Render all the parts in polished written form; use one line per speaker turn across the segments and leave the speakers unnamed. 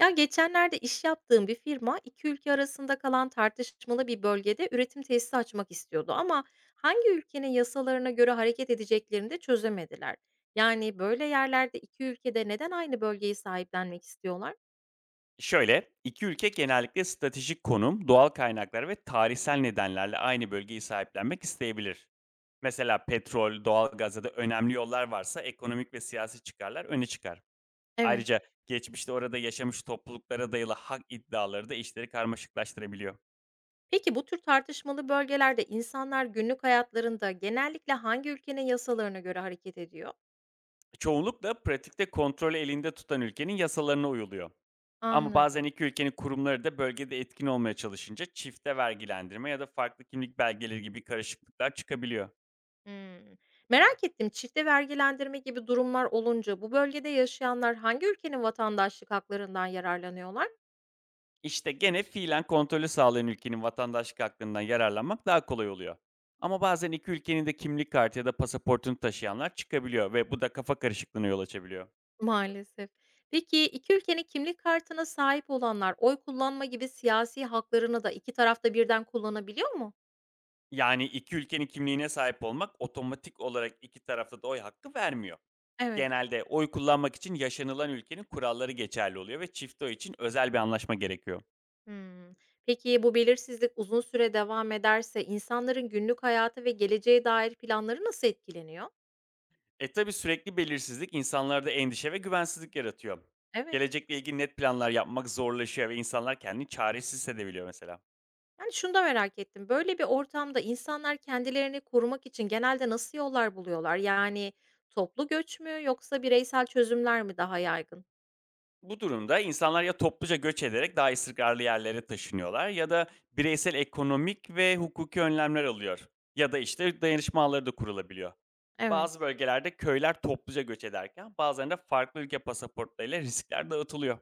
Ya geçenlerde iş yaptığım bir firma iki ülke arasında kalan tartışmalı bir bölgede üretim tesisi açmak istiyordu ama hangi ülkenin yasalarına göre hareket edeceklerini de çözemediler. Yani böyle yerlerde iki ülkede neden aynı bölgeyi sahiplenmek istiyorlar?
Şöyle, iki ülke genellikle stratejik konum, doğal kaynaklar ve tarihsel nedenlerle aynı bölgeyi sahiplenmek isteyebilir. Mesela petrol, doğal gaz ya da önemli yollar varsa ekonomik ve siyasi çıkarlar öne çıkar.
Evet.
Ayrıca geçmişte orada yaşamış topluluklara dayalı hak iddiaları da işleri karmaşıklaştırabiliyor.
Peki bu tür tartışmalı bölgelerde insanlar günlük hayatlarında genellikle hangi ülkenin yasalarına göre hareket ediyor?
Çoğunlukla pratikte kontrolü elinde tutan ülkenin yasalarına uyuluyor. Ama bazen
Anladım.
iki ülkenin kurumları da bölgede etkin olmaya çalışınca çifte vergilendirme ya da farklı kimlik belgeleri gibi karışıklıklar çıkabiliyor.
Hımm. Merak ettim, çifte vergilendirme gibi durumlar olunca bu bölgede yaşayanlar hangi ülkenin vatandaşlık haklarından yararlanıyorlar?
İşte gene fiilen kontrolü sağlayan ülkenin vatandaşlık hakkından yararlanmak daha kolay oluyor. Ama bazen iki ülkenin de kimlik kartı ya da pasaportunu taşıyanlar çıkabiliyor ve bu da kafa karışıklığına yol açabiliyor.
Maalesef. Peki 2 ülkenin kimlik kartına sahip olanlar oy kullanma gibi siyasi haklarını da 2 tarafta birden kullanabiliyor mu?
Yani iki ülkenin kimliğine sahip olmak otomatik olarak iki tarafta da oy hakkı vermiyor.
Evet.
Genelde oy kullanmak için yaşanılan ülkenin kuralları geçerli oluyor ve çift oy için özel bir anlaşma gerekiyor.
Hımm. Peki, bu belirsizlik uzun süre devam ederse insanların günlük hayatı ve geleceğe dair planları nasıl etkileniyor?
E tabi, sürekli belirsizlik insanlarda endişe ve güvensizlik yaratıyor.
Evet.
Gelecekle ilgili net planlar yapmak zorlaşıyor ve insanlar kendini çaresiz hissedebiliyor mesela.
Yani, şunu da merak ettim, böyle bir ortamda insanlar kendilerini korumak için genelde nasıl yollar buluyorlar? Yani, toplu göç mü yoksa bireysel çözümler mi daha yaygın?
Bu durumda insanlar ya topluca göç ederek daha istikrarlı yerlere taşınıyorlar ya da bireysel ekonomik ve hukuki önlemler alıyor. Ya da işte dayanışma ağları da kurulabiliyor.
Evet.
Bazı bölgelerde köyler topluca göç ederken bazılarında farklı ülke pasaportlarıyla riskler dağıtılıyor.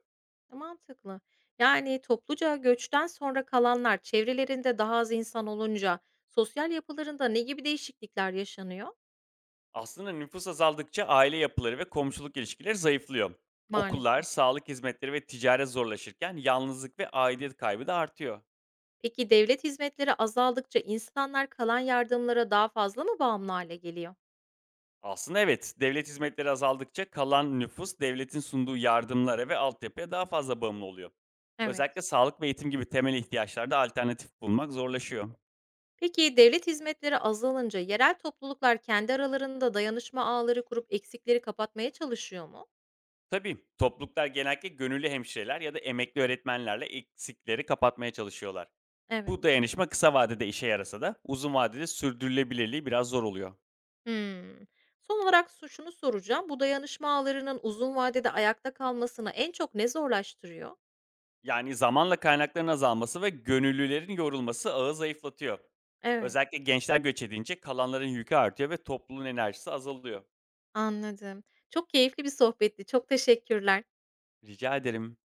E, mantıklı. Yani, topluca göçten sonra kalanlar çevrelerinde daha az insan olunca sosyal yapılarında ne gibi değişiklikler yaşanıyor?
Aslında nüfus azaldıkça aile yapıları ve komşuluk ilişkileri zayıflıyor. Okullar,
Maalesef.
sağlık hizmetleri ve ticaret zorlaşırken yalnızlık ve aidiyet kaybı da artıyor.
Peki devlet hizmetleri azaldıkça insanlar kalan yardımlara daha fazla mı bağımlı hale geliyor?
Aslında evet, devlet hizmetleri azaldıkça kalan nüfus devletin sunduğu yardımlara ve altyapıya daha fazla bağımlı oluyor.
Evet.
Özellikle sağlık ve eğitim gibi temel ihtiyaçlarda alternatif bulmak zorlaşıyor.
Peki devlet hizmetleri azalınca yerel topluluklar kendi aralarında dayanışma ağları kurup eksikleri kapatmaya çalışıyor mu?
Tabii topluluklar genellikle gönüllü hemşireler ya da emekli öğretmenlerle eksikleri kapatmaya çalışıyorlar.
Evet.
Bu dayanışma kısa vadede işe yarasa da uzun vadede sürdürülebilirliği biraz zor oluyor.
Hımm. Son olarak su şunu soracağım. Bu dayanışma ağlarının uzun vadede ayakta kalmasını en çok ne zorlaştırıyor?
Yani zamanla kaynakların azalması ve gönüllülerin yorulması ağı zayıflatıyor.
Evet.
Özellikle gençler göç edince kalanların yükü artıyor ve topluluğun enerjisi azalıyor.
Anladım. Çok keyifli bir sohbetti. Çok teşekkürler.
Rica ederim.